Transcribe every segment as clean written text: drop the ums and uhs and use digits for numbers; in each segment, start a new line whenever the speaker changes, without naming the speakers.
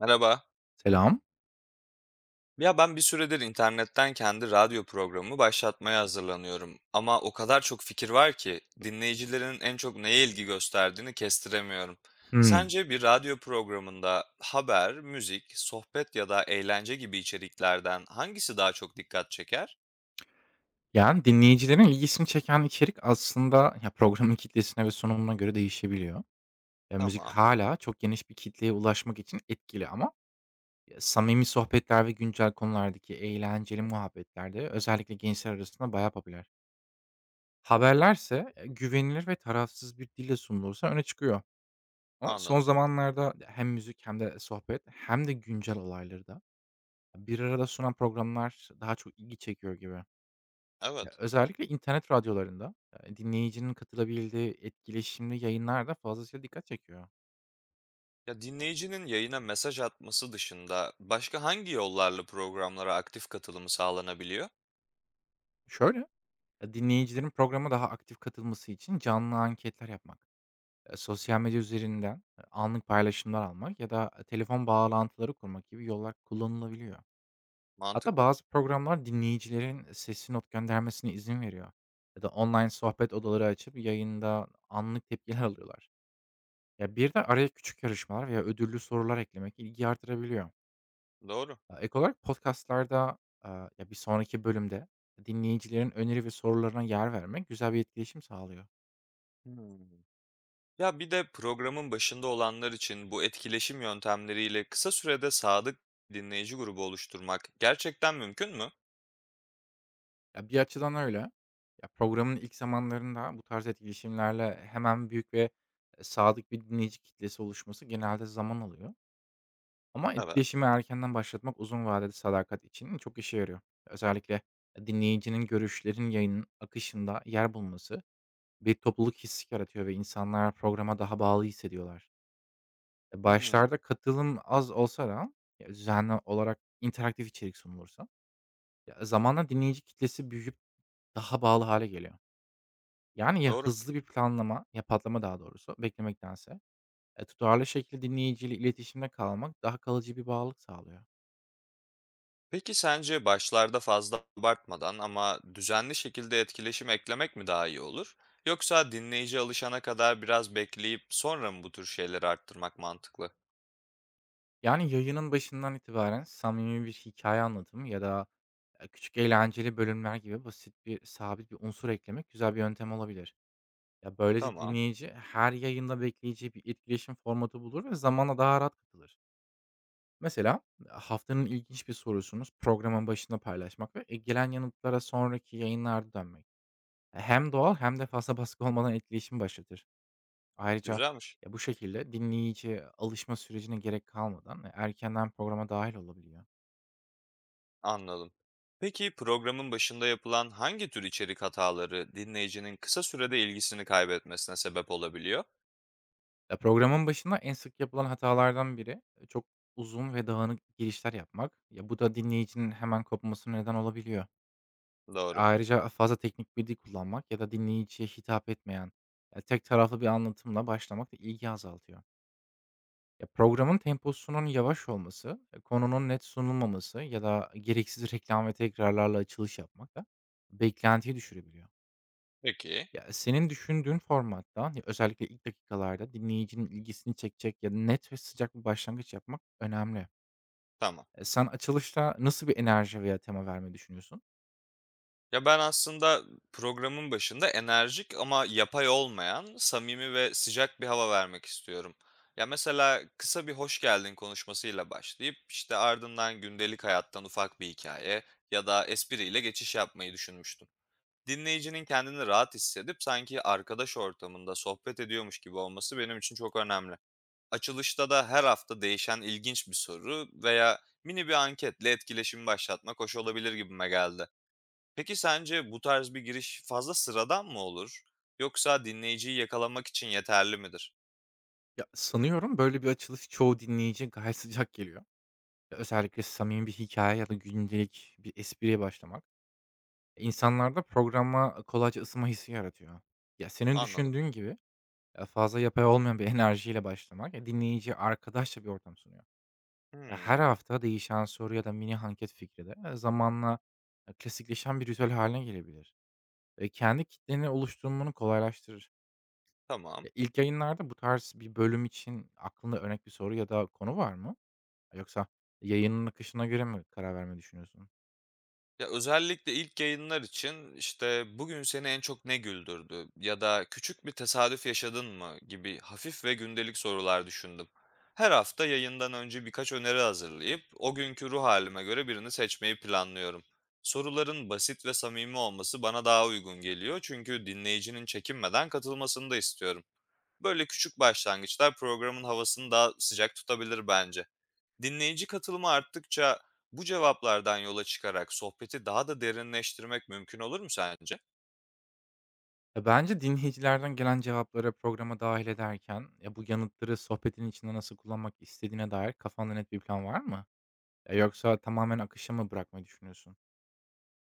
Merhaba.
Selam.
Ya ben bir süredir internetten kendi radyo programımı başlatmaya hazırlanıyorum. Ama o kadar çok fikir var ki dinleyicilerin en çok neye ilgi gösterdiğini kestiremiyorum.
Hımm.
Sence bir radyo programında haber, müzik, sohbet ya da eğlence gibi içeriklerden hangisi daha çok dikkat çeker?
Yani, dinleyicilerin ilgisini çeken içerik aslında ya, programın kitlesine ve sunumuna göre değişebiliyor. Ya, müzik
Tamam,
hala çok geniş bir kitleye ulaşmak için etkili ama, ya, samimi sohbetler ve güncel konulardaki eğlenceli muhabbetlerde özellikle gençler arasında bayağı popüler. Haberlerse, güvenilir ve tarafsız bir dille sunulursa öne çıkıyor. Ama son
anladım.
zamanlarda hem müzik hem de sohbet hem de güncel olayları da bir arada sunan programlar daha çok ilgi çekiyor gibi.
Evet.
Özellikle internet radyolarında, dinleyicinin katılabildiği etkileşimli yayınlar da fazlasıyla dikkat çekiyor.
Ya dinleyicinin yayına mesaj atması dışında başka hangi yollarla programlara aktif katılımı sağlanabiliyor?
Şöyle, dinleyicilerin programa daha aktif katılması için canlı anketler yapmak, sosyal medya üzerinden, anlık paylaşımlar almak ya da, telefon bağlantıları kurmak gibi yollar kullanılabiliyor. Hatta
Mantıklı.
bazı programlar dinleyicilerin sesli not göndermesine izin veriyor ya da online sohbet odaları açıp yayında anlık tepkiler alıyorlar. Ya, bir de araya küçük yarışmalar veya ödüllü sorular eklemek ilgi artırabiliyor.
Doğru.
Ek olarak podcast'larda, ya, bir sonraki bölümde dinleyicilerin öneri ve sorularına yer vermek güzel bir etkileşim sağlıyor.
Hmm. Ya bir de programın başında olanlar için bu etkileşim yöntemleriyle kısa sürede sadık dinleyici grubu oluşturmak gerçekten mümkün mü?
Ya, bir açıdan öyle. Ya, programın ilk zamanlarında bu tarz etkileşimlerle hemen büyük ve, sadık bir dinleyici kitlesi oluşması genelde zaman alıyor. Ama
Evet.
etkileşimi erkenden başlatmak uzun vadede sadakat için çok işe yarıyor. Özellikle, dinleyicinin görüşlerin yayının akışında yer bulması bir topluluk hissi yaratıyor ve insanlar programa daha bağlı hissediyorlar.
Hmm,
Başlarda katılım az olsa da, ya, düzenli olarak interaktif içerik sunulursa, ya, zamanla dinleyici kitlesi büyüyüp daha bağlı hale geliyor. Yani ya
doğru.
hızlı bir planlama, ya patlama daha doğrusu beklemektense, tutarlı şekilde dinleyiciyle iletişimde kalmak daha kalıcı bir bağlılık sağlıyor.
Peki sence başlarda fazla abartmadan ama düzenli şekilde etkileşim eklemek mi daha iyi olur? Yoksa dinleyici alışana kadar biraz bekleyip sonra mı bu tür şeyleri arttırmak mantıklı?
Yani yayının başından itibaren samimi bir hikaye anlatımı ya da, küçük eğlenceli bölümler gibi basit bir sabit bir unsur eklemek güzel bir yöntem olabilir. Ya, böylece
Tamam,
dinleyici her yayında bekleyeceği bir etkileşim formatı bulur ve zamanla daha rahat katılır. Mesela, haftanın ilginç bir sorusunu programın başında paylaşmak ve, gelen yanıtlara sonraki yayınlarda dönmek. Hem doğal hem de fazla baskı olmadan etkileşim başlatır. Ayrıca,
güzelmiş.
ya, bu şekilde dinleyici alışma sürecine gerek kalmadan, erkenden programa dahil olabiliyor.
Anladım. Peki programın başında yapılan hangi tür içerik hataları dinleyicinin kısa sürede ilgisini kaybetmesine sebep olabiliyor?
Ya, programın başında en sık yapılan hatalardan biri, çok uzun ve dağınık girişler yapmak. Ya, bu da dinleyicinin hemen kopmasına neden olabiliyor.
Doğru.
Ayrıca fazla teknik bilgi kullanmak ya da dinleyiciye hitap etmeyen, tek taraflı bir anlatımla başlamak da ilgi azaltıyor. Ya, programın temposunun yavaş olması, konunun net sunulmaması ya da gereksiz reklam ve tekrarlarla açılış yapmak da beklentiyi düşürebiliyor.
Peki,
Ya, senin düşündüğün formatta, ya, özellikle ilk dakikalarda dinleyicinin ilgisini çekecek ya da net ve sıcak bir başlangıç yapmak önemli.
tamam.
Sen açılışta nasıl bir enerji veya tema vermeyi düşünüyorsun?
Ya ben aslında programın başında enerjik ama yapay olmayan, samimi ve sıcak bir hava vermek istiyorum. Ya mesela kısa bir hoş geldin konuşmasıyla başlayıp işte ardından gündelik hayattan ufak bir hikaye ya da espriyle geçiş yapmayı düşünmüştüm. Dinleyicinin kendini rahat hissedip sanki arkadaş ortamında sohbet ediyormuş gibi olması benim için çok önemli. Açılışta da her hafta değişen ilginç bir soru veya mini bir anketle etkileşimi başlatmak hoş olabilir gibime geldi. Peki sence bu tarz bir giriş fazla sıradan mı olur? Yoksa dinleyiciyi yakalamak için yeterli midir?
Ya, sanıyorum böyle bir açılış çoğu dinleyici gayet sıcak geliyor. Özellikle samimi bir hikaye ya da gündelik bir espriye başlamak, insanlarda programa kolayca ısınma hissi yaratıyor. Ya, senin
Anladım.
düşündüğün gibi, fazla yapay olmayan bir enerjiyle başlamak, dinleyiciye arkadaşça bir ortam sunuyor. Her
Hmm,
hafta değişen soru ya da mini anket fikri de, zamanla, klasikleşen bir ritüel haline gelebilir. Kendi kitleni oluşturmanı kolaylaştırır.
tamam.
Ya, ilk yayınlarda bu tarz bir bölüm için aklında örnek bir soru ya da konu var mı? Yoksa yayının akışına göre mi karar vermeyi düşünüyorsun?
Ya, özellikle ilk yayınlar için, işte, "Bugün seni en çok ne güldürdü?" ya da "Küçük bir tesadüf yaşadın mı?" gibi hafif ve gündelik sorular düşündüm. Her hafta yayından önce birkaç öneri hazırlayıp o günkü ruh halime göre birini seçmeyi planlıyorum. Soruların basit ve samimi olması bana daha uygun geliyor çünkü dinleyicinin çekinmeden katılmasını da istiyorum. Böyle küçük başlangıçlar programın havasını daha sıcak tutabilir bence. Dinleyici katılımı arttıkça bu cevaplardan yola çıkarak sohbeti daha da derinleştirmek mümkün olur mu sence?
Bence dinleyicilerden gelen cevapları programa dahil ederken, ya, bu yanıtları sohbetin içinde nasıl kullanmak istediğine dair kafanda net bir plan var mı? Ya, yoksa tamamen akışa mı bırakmayı düşünüyorsun?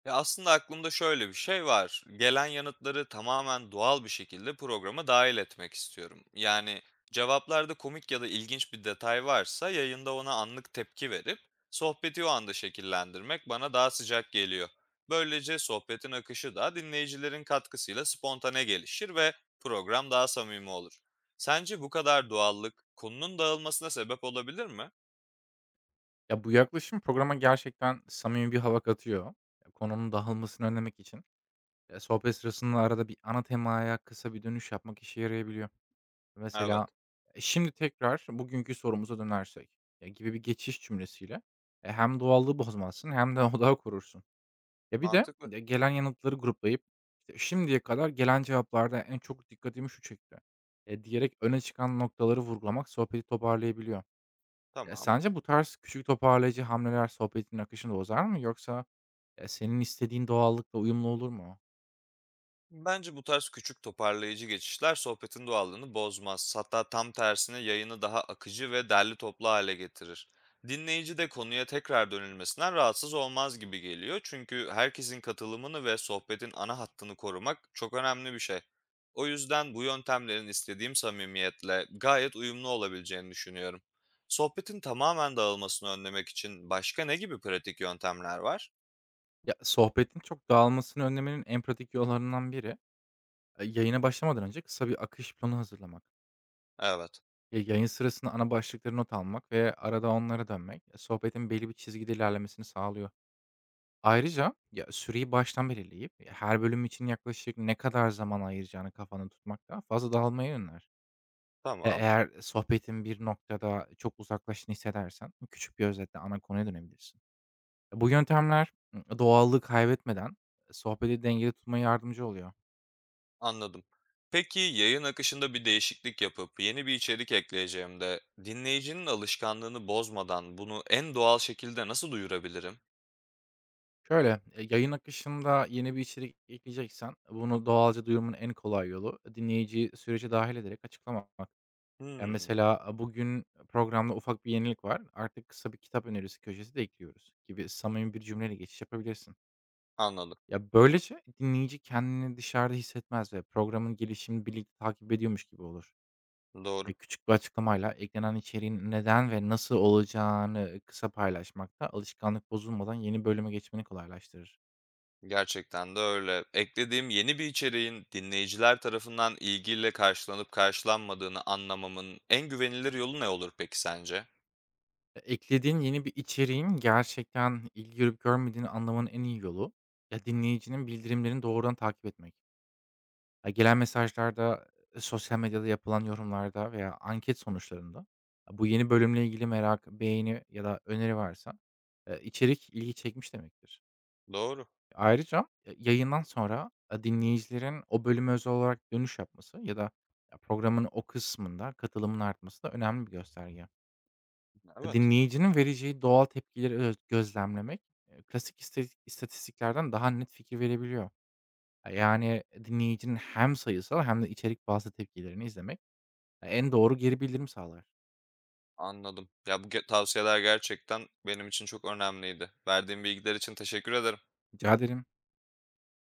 Ya, aslında aklımda şöyle bir şey var. Gelen yanıtları tamamen doğal bir şekilde programa dahil etmek istiyorum. Yani, cevaplarda komik ya da ilginç bir detay varsa yayında ona anlık tepki verip sohbeti o anda şekillendirmek bana daha sıcak geliyor. Böylece sohbetin akışı da dinleyicilerin katkısıyla spontane gelişir ve program daha samimi olur. Sence bu kadar doğallık konunun dağılmasına sebep olabilir mi?
Ya, bu yaklaşım programa gerçekten samimi bir hava katıyor. Ya, konunun dağılmasını önlemek için, sohbet sırasında arada bir ana temaya kısa bir dönüş yapmak işe yarayabiliyor.
Evet,
Mesela, "Şimdi tekrar bugünkü sorumuza dönersek" ya, gibi bir geçiş cümlesiyle, hem doğallığı bozmazsın hem de odağı korursun. Ya, bir de,
mantıklı.
gelen yanıtları gruplayıp, işte, "Şimdiye kadar gelen cevaplarda en çok dikkatimi şu çekti." Diyerek öne çıkan noktaları vurgulamak sohbeti toparlayabiliyor. Ya,
Tamam.
sence bu tarz küçük toparlayıcı hamleler sohbetin akışını bozar mı yoksa, senin istediğin doğallıkla uyumlu olur mu?
Bence bu tarz küçük toparlayıcı geçişler sohbetin doğallığını bozmaz. Hatta tam tersine yayını daha akıcı ve derli toplu hale getirir. Dinleyici de konuya tekrar dönülmesinden rahatsız olmaz gibi geliyor. Çünkü herkesin katılımını ve sohbetin ana hattını korumak çok önemli bir şey. O yüzden bu yöntemlerin istediğim samimiyetle gayet uyumlu olabileceğini düşünüyorum. Sohbetin tamamen dağılmasını önlemek için başka ne gibi pratik yöntemler var?
Ya, sohbetin çok dağılmasını önlemenin en pratik yollarından biri, yayına başlamadan önce kısa bir akış planı hazırlamak.
Evet,
Ya, yayın sırasında ana başlıkları not almak ve arada onlara dönmek, sohbetin belli bir çizgide ilerlemesini sağlıyor. Ayrıca ya, süreyi baştan belirleyip her bölüm için yaklaşık ne kadar zaman ayıracağını kafanda tutmak daha fazla dağılmaya önler.
tamam.
Eğer sohbetin bir noktada çok uzaklaştığını hissedersen küçük bir özetle ana konuya dönebilirsin. Bu yöntemler doğallığı kaybetmeden sohbeti dengeli tutmaya yardımcı oluyor.
Anladım. Peki yayın akışında bir değişiklik yapıp yeni bir içerik ekleyeceğimde dinleyicinin alışkanlığını bozmadan bunu en doğal şekilde nasıl duyurabilirim?
Şöyle, yayın akışında yeni bir içerik ekleyeceksen bunu doğalca duyurmanın en kolay yolu dinleyiciyi sürece dahil ederek açıklamak. Ya,
Hmm,
mesela, bugün programda ufak bir yenilik var. Artık kısa bir kitap önerisi köşesi de ekliyoruz gibi samimi bir cümleyle geçiş yapabilirsin.
anladım.
Ya, böylece dinleyici kendini dışarıda hissetmez ve programın gelişimini birlikte takip ediyormuş gibi olur.
Doğru.
Küçük bir açıklamayla eklenen içeriğin neden ve nasıl olacağını kısa paylaşmak da alışkanlık bozulmadan yeni bölüme geçmeni kolaylaştırır.
Gerçekten de öyle. Eklediğim yeni bir içeriğin dinleyiciler tarafından ilgiyle karşılanıp karşılanmadığını anlamamın en güvenilir yolu ne olur peki sence?
Eklediğin yeni bir içeriğin gerçekten ilgi görüp görmediğini anlamanın en iyi yolu, ya, dinleyicinin bildirimlerini doğrudan takip etmek. Gelen mesajlarda, sosyal medyada yapılan yorumlarda veya anket sonuçlarında bu yeni bölümle ilgili merak, beğeni ya da öneri varsa, içerik ilgi çekmiş demektir.
Doğru.
Ayrıca, yayından sonra, dinleyicilerin o bölüme özel olarak dönüş yapması ya da ya, programın o kısmında katılımın artması da önemli bir gösterge.
Evet.
Dinleyicinin vereceği doğal tepkileri öz gözlemlemek, klasik istatistiklerden daha net fikir verebiliyor yani, dinleyicinin hem sayısal hem de içerik bazlı tepkilerini izlemek, en doğru geri bildirim sağlar.
Anladım. Ya tavsiyeler gerçekten benim için çok önemliydi. Verdiğin bilgiler için teşekkür ederim.
Rica ederim.